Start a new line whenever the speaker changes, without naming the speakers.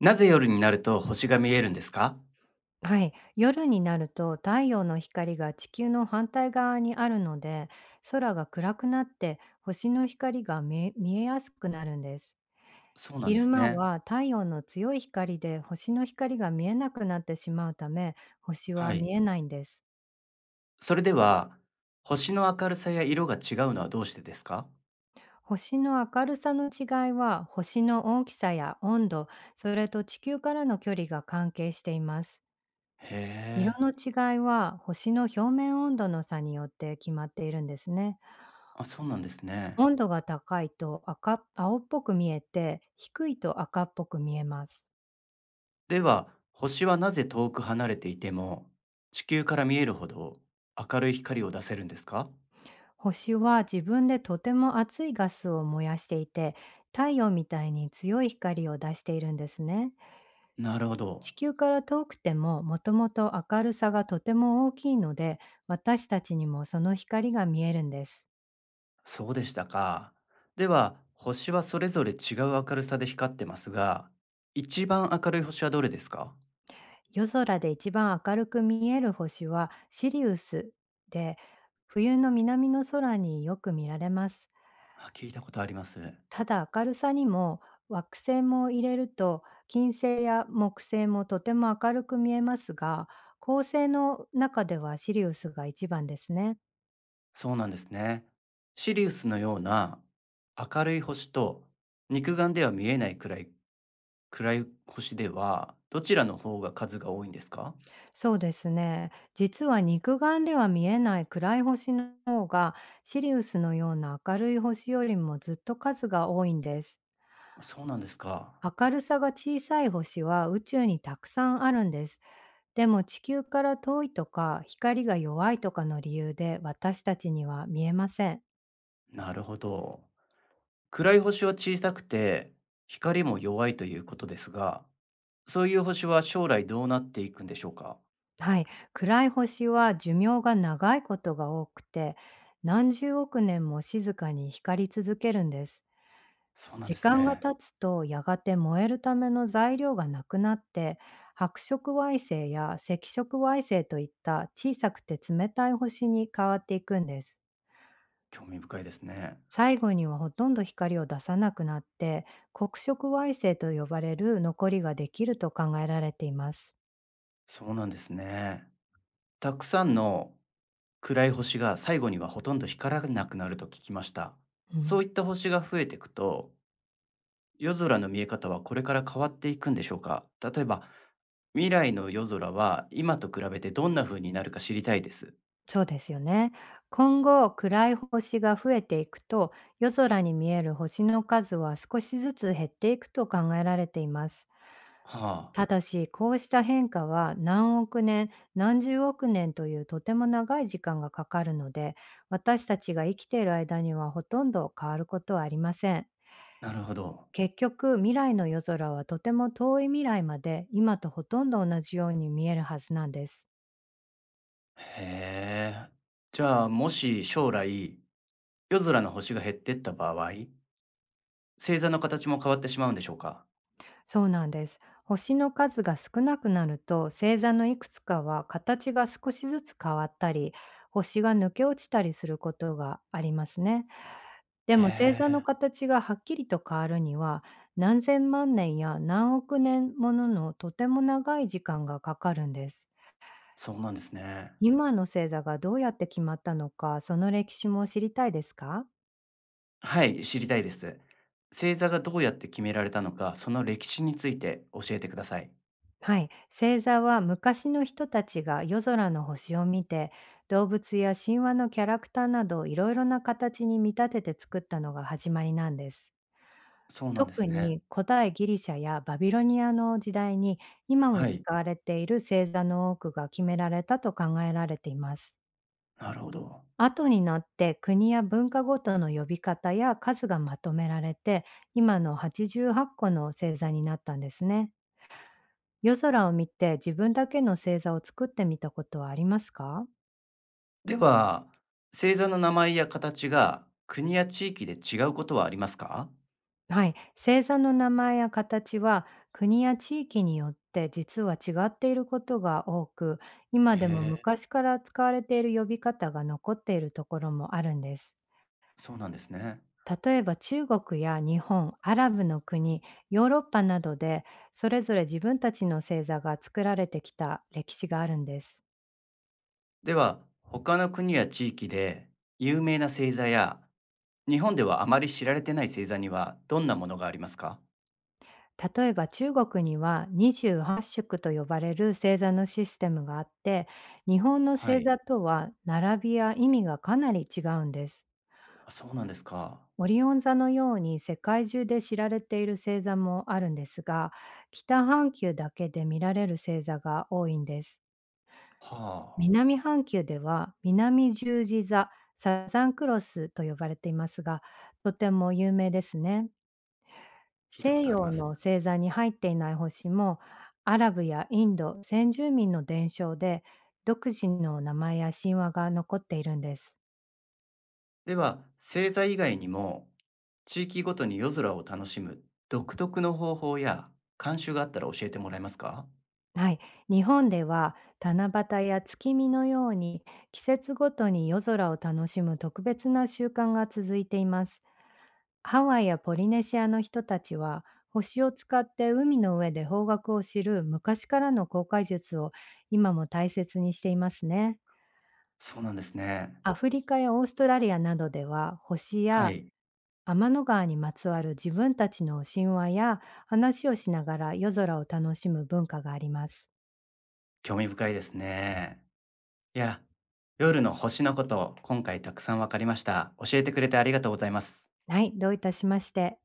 なぜ夜になると星が見えるんですか？
はい、夜になると太陽の光が地球の反対側にあるので、空が暗くなって星の光が見えやすくなるんです。
そうなんで
昼
す
間
ね。
は太陽の強い光で星の光が見えなくなってしまうため、星
は
は見
い。
えないんです。
それでは、星の明るさや色が違うのはどうしてですか？
星の明るさの違いは星の大きさや温度、それと地球からの距離が関係しています。
へ
色
え。
の違いは星の表面温度の差によって決まっているんですね。
あ、そうなんですね。
温度が高いと赤青っぽく見えて、低いと赤っぽく見えます。
では、星はなぜ遠く離れていても、地球から見えるほど明るい光を出せるんですか？
星は自分でとても熱いガスを燃やしていて、太陽みたいに強い光を出しているんですね。
なるほ
地
ど。
球から遠くても、もともと明るさがとても大きいので、私たちにもその光が見えるんです。
そうでしたか。では、星はそれぞれ違う明るさで光ってますが、一番明るい星はどれですか？
夜空で一番明るく見える星はシリウスで、冬の南の空によく見られます。
あ、聞いたことあります。
ただ明るさにも惑星も入れると金星や木星もとても明るく見えますが、恒星の中ではシリウスが一番ですね。
そうなんですね。シリウスのような明るい星と肉眼では見えないくらい暗い星ではどちらの方が数が多いんですか。
そうですね。実は肉眼では見えない暗い星の方がシリウスのような明るい星よりもずっと数が多いんです。
そうなんですか。
明るさが小さい星は宇宙にたくさんあるんです。でも地球から遠いとか光が弱いとかの理由で私たちには見えません。
なるほど。暗い星は小さくて光も弱いということですが、そういう星は将来どうなっていくんでしょうか。
はい、暗い星は寿命が長いことが多くて、何十億年も静かに光り続けるんです。
そうなんで
時
す
間が
ね。
経つとやがて燃えるための材料がなくなって、白色矮星や赤色矮星といった小さくて冷たい星に変わっていくんです。
興味深いですね。
最後にはほとんど光を出さなくなって、黒色矮星と呼ばれる残りができると考えられています。
そうなんですね。たくさんの暗い星が最後にはほとんど光らなくなると聞きました。
う
そ
ん。
ういった星が増えていくと、夜空の見え方はこれから変わっていくんでしょうか。例えば、未来の夜空は今と比べてどんな風になるか知りたいです。
そうですよね。今後、暗い星が増えていくと、夜空に見える星の数は少しずつ減っていくと考えられています。
は
ただし、こうした変化は何億年、何十億年というとても長い時間がかかるので、私たちが生きている間にはほとんど変わることはありません。
あ、なるほど。
結局、未来の夜空はとても遠い未来まで今とほとんど同じように見えるはずなんです。
へえ。じゃあ、もし将来、夜空の星が減ってった場合、星座の形も変わってしまうんでしょうか。
そうなんです。星の数が少なくなると、星座のいくつかは形が少しずつ変わったり、星が抜け落ちたりすることがありますね。で
へ
も星座の
え、
形がはっきりと変わるには、何千万年や何億年ものとても長い時間がかかるんです。
そうなんですね。
今の星座がどうやって決まったのか、その歴史も知りたいですか？
はい、知りたいです。星座がどうやって決められたのか、その歴史について教えてください。
はい、星座は昔の人たちが夜空の星を見て、動物や神話のキャラクターなどいろいろな形に見立てて作ったのが始まりなんです。
そうなんです
特
ね。
に古代ギリシャやバビロニアの時代に今も
はい、
使われている星座の多くが決められたと考えられています。
なるほど。
後になって国や文化ごとの呼び方や数がまとめられて、今の88個の星座になったんですね。夜空を見て自分だけの星座を作ってみたことはありますか？
では、星座の名前や形が国や地域で違うことはありますか。
はい。星座の名前や形は国や地域によって実は違っていることが多く、
へ
今でも
え、
昔から使われている呼び方が残っているところもあるんです。
そうなんですね。
例えば中国や日本、アラブの国、ヨーロッパなどでそれぞれ自分たちの星座が作られてきた歴史があるんです。
では、他の国や地域で有名な星座や、日本ではあまり知られてない星座にはどんなものがありますか。
例えば中国には28宿と呼ばれる星座のシステムがあって、日本の
は
星
い、
座とは並びや意味がかなり違うんです。
そうなんですか。
オリオン座のように世界中で知られている星座もあるんですが、北半球だけで見られる星座が多いんです。
はあ、
南半球では南十字座、サザンクロスと呼ばれていますが、とても有名ですね。
聞いたこ
西
とあり
洋
ます。
の星座に入っていない星も、アラブやインド先住民の伝承で独自の名前や神話が残っているんです。
では、星座以外にも、地域ごとに夜空を楽しむ独特の方法や慣習があったら教えてもらえますか。
はい、日本では七夕や月見のように季節ごとに夜空を楽しむ特別な習慣が続いています。ハワイやポリネシアの人たちは星を使って海の上で方角を知る昔からの航海術を今も大切にしていますね。
そうなんですね。
アフリカやオーストラリアなどでは、星
は
や
い。
天の川にまつわる自分たちの神話や話をしながら夜空を楽しむ文化があります。
興味深いですね。いや、夜の星のこと、今回たくさんわかりました。教えてくれてありがとうございます。
はい、どういたしまして。